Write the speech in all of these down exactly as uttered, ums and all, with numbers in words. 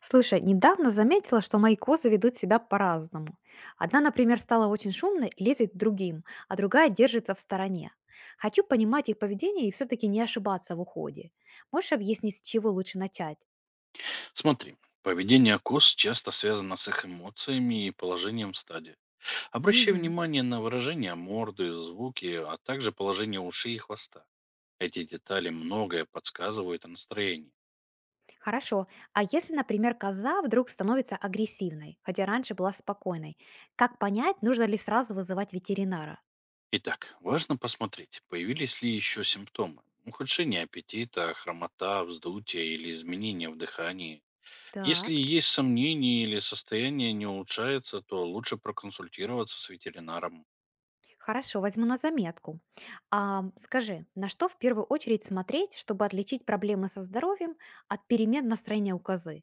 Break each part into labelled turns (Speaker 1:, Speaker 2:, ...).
Speaker 1: Слушай, недавно заметила, что мои козы ведут себя по-разному. Одна, например, стала очень шумной и лезет к другим, а другая держится в стороне. Хочу понимать их поведение и все-таки не ошибаться в уходе. Можешь объяснить, с чего лучше начать?
Speaker 2: Смотри, поведение коз часто связано с их эмоциями и положением в стаде. Обращай
Speaker 1: Мгм.
Speaker 2: внимание на выражение морды, звуки, а также положение ушей и хвоста. Эти детали многое подсказывают о настроении.
Speaker 1: Хорошо. А если, например, коза вдруг становится агрессивной, хотя раньше была спокойной, как понять, нужно ли сразу вызывать ветеринара?
Speaker 2: Итак, важно посмотреть, появились ли еще симптомы. Ухудшение аппетита, хромота, вздутие или изменения в дыхании. Если
Speaker 1: Так.
Speaker 2: есть сомнения или состояние не улучшается, то лучше проконсультироваться с ветеринаром.
Speaker 1: Хорошо, возьму на заметку. А, скажи, на что в первую очередь смотреть, чтобы отличить проблемы со здоровьем от перемен настроения у козы?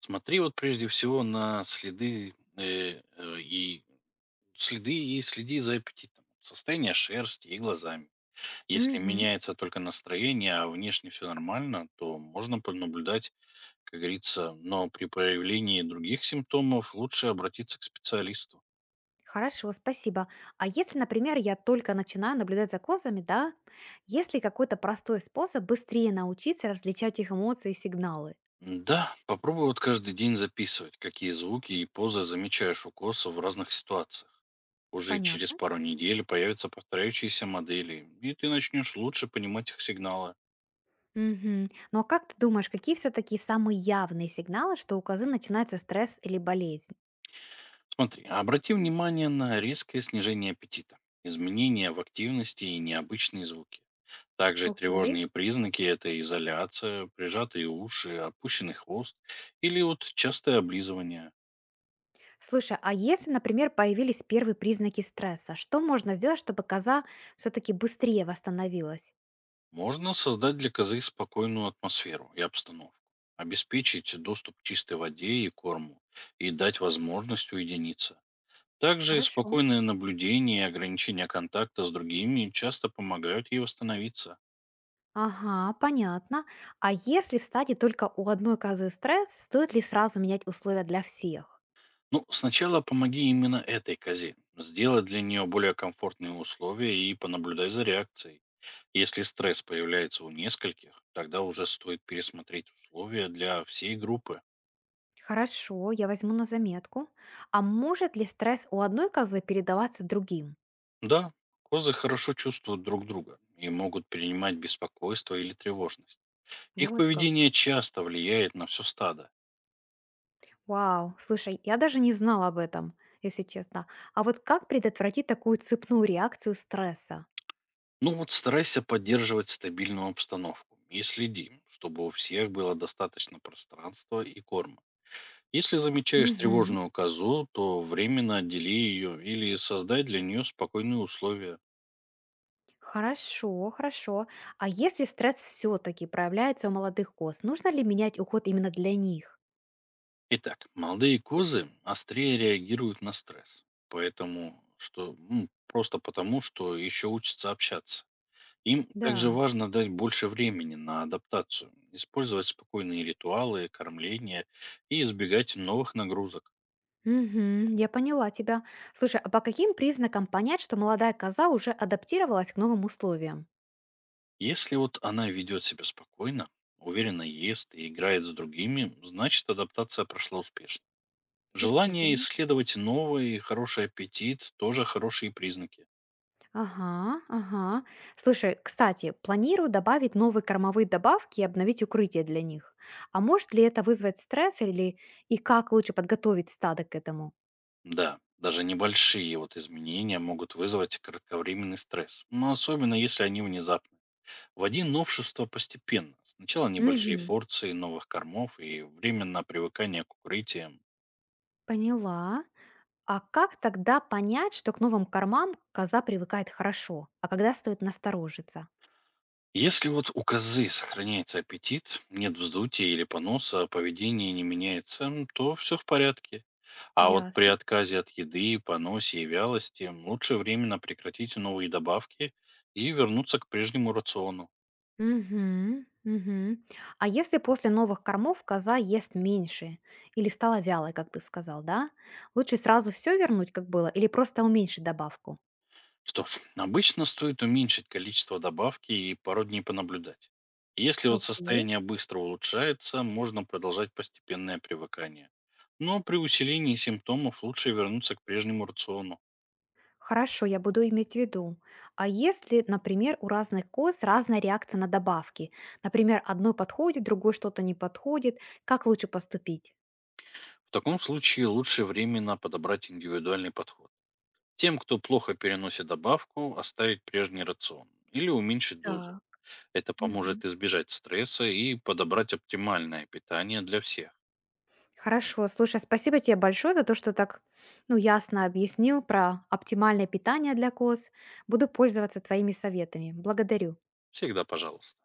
Speaker 2: Смотри вот прежде всего на следы э, э, и следы и следи за аппетитом. Состояние шерсти и глазами. Если
Speaker 1: Мгм.
Speaker 2: меняется только настроение, а внешне все нормально, то можно понаблюдать, как говорится, но при появлении других симптомов лучше обратиться к специалисту.
Speaker 1: Хорошо, спасибо. А если, например, я только начинаю наблюдать за козами, да? Есть ли какой-то простой способ быстрее научиться различать их эмоции и сигналы?
Speaker 2: Да, попробуй вот каждый день записывать, какие звуки и позы замечаешь у коса в разных ситуациях. Уже через
Speaker 1: Понятно.
Speaker 2: пару недель появятся повторяющиеся модели, и ты начнешь лучше понимать их сигналы.
Speaker 1: Мгм. Ну а как ты думаешь, какие все-таки самые явные сигналы, что у козы начинается стресс или болезнь?
Speaker 2: Смотри, обрати внимание на резкое снижение аппетита, изменения в активности и необычные звуки. Также
Speaker 1: Окей.
Speaker 2: тревожные признаки– это изоляция, прижатые уши, опущенный хвост или вот частое облизывание.
Speaker 1: Слушай, а если, например, появились первые признаки стресса, что можно сделать, чтобы коза все-таки быстрее восстановилась?
Speaker 2: Можно создать для козы спокойную атмосферу и обстановку, обеспечить доступ к чистой воде и корму и дать возможность уединиться. Также
Speaker 1: Хорошо.
Speaker 2: спокойное наблюдение и ограничение контакта с другими часто помогают ей восстановиться.
Speaker 1: Ага, понятно. А если в стадии только у одной козы стресс, стоит ли сразу менять условия для всех?
Speaker 2: Ну, сначала помоги именно этой козе. Сделай для нее более комфортные условия и понаблюдай за реакцией. Если стресс появляется у нескольких, тогда уже стоит пересмотреть условия для всей группы.
Speaker 1: Хорошо, я возьму на заметку. А может ли стресс у одной козы передаваться другим?
Speaker 2: Да, козы хорошо чувствуют друг друга и могут перенимать беспокойство или тревожность. Их
Speaker 1: Вот как.
Speaker 2: поведение часто влияет на все стадо.
Speaker 1: Вау, слушай, я даже не знала об этом, если честно. А вот как предотвратить такую цепную реакцию стресса?
Speaker 2: Ну вот старайся поддерживать стабильную обстановку и следи, чтобы у всех было достаточно пространства и корма. Если замечаешь
Speaker 1: Угу.
Speaker 2: тревожную козу, то временно отдели ее или создай для нее спокойные условия.
Speaker 1: Хорошо, хорошо. А если стресс все-таки проявляется у молодых коз, нужно ли менять уход именно для них?
Speaker 2: Итак, молодые козы острее реагируют на стресс. Поэтому, что, м, просто потому, что еще учатся общаться. Им также
Speaker 1: Да.
Speaker 2: важно дать больше времени на адаптацию, использовать спокойные ритуалы, кормление и избегать новых нагрузок.
Speaker 1: Мгм, я поняла тебя. Слушай, а по каким признакам понять, что молодая коза уже адаптировалась к новым условиям?
Speaker 2: Если вот она ведет себя спокойно, уверенно ест и играет с другими, значит адаптация прошла успешно. Желание
Speaker 1: Действительно.
Speaker 2: исследовать новое и хороший аппетит– тоже хорошие признаки.
Speaker 1: Ага, ага. Слушай, кстати, планирую добавить новые кормовые добавки и обновить укрытие для них. А может ли это вызвать стресс или и как лучше подготовить стадо к этому?
Speaker 2: Да, даже небольшие вот изменения могут вызвать кратковременный стресс, но особенно если они внезапны. Вводи новшества постепенно. Сначала небольшие
Speaker 1: Угу,
Speaker 2: порции новых кормов и временно привыкание к укрытиям.
Speaker 1: поняла. А как тогда понять, что к новым кормам коза привыкает хорошо, а когда стоит насторожиться?
Speaker 2: Если вот у козы сохраняется аппетит, нет вздутия или поноса, а поведение не меняется, м, то все в порядке. А вот при
Speaker 1: Ясно.
Speaker 2: отказе от еды, поносе и вялости лучше временно прекратить новые добавки и вернуться к прежнему рациону.
Speaker 1: Мгм, мгм. А если после новых кормов коза ест меньше или стала вялой, как ты сказал, да? Лучше сразу все вернуть, как было, или просто уменьшить добавку?
Speaker 2: Что ж, обычно стоит уменьшить количество добавки и пару дней понаблюдать. Если вот
Speaker 1: Окей.
Speaker 2: состояние быстро улучшается, можно продолжать постепенное привыкание. Но при усилении симптомов лучше вернуться к прежнему рациону.
Speaker 1: Хорошо, я буду иметь в виду. А если, например, у разных коз разная реакция на добавки? Например, одной подходит, другой что-то не подходит. Как лучше поступить?
Speaker 2: В таком случае лучше временно подобрать индивидуальный подход. Тем, кто плохо переносит добавку, оставить прежний рацион или уменьшить дозу.
Speaker 1: Да.
Speaker 2: Это поможет избежать стресса и подобрать оптимальное питание для всех.
Speaker 1: Хорошо, слушай, спасибо тебе большое за то, что так, ну, ясно объяснил про оптимальное питание для коз. Буду пользоваться твоими советами. Благодарю.
Speaker 2: Всегда пожалуйста.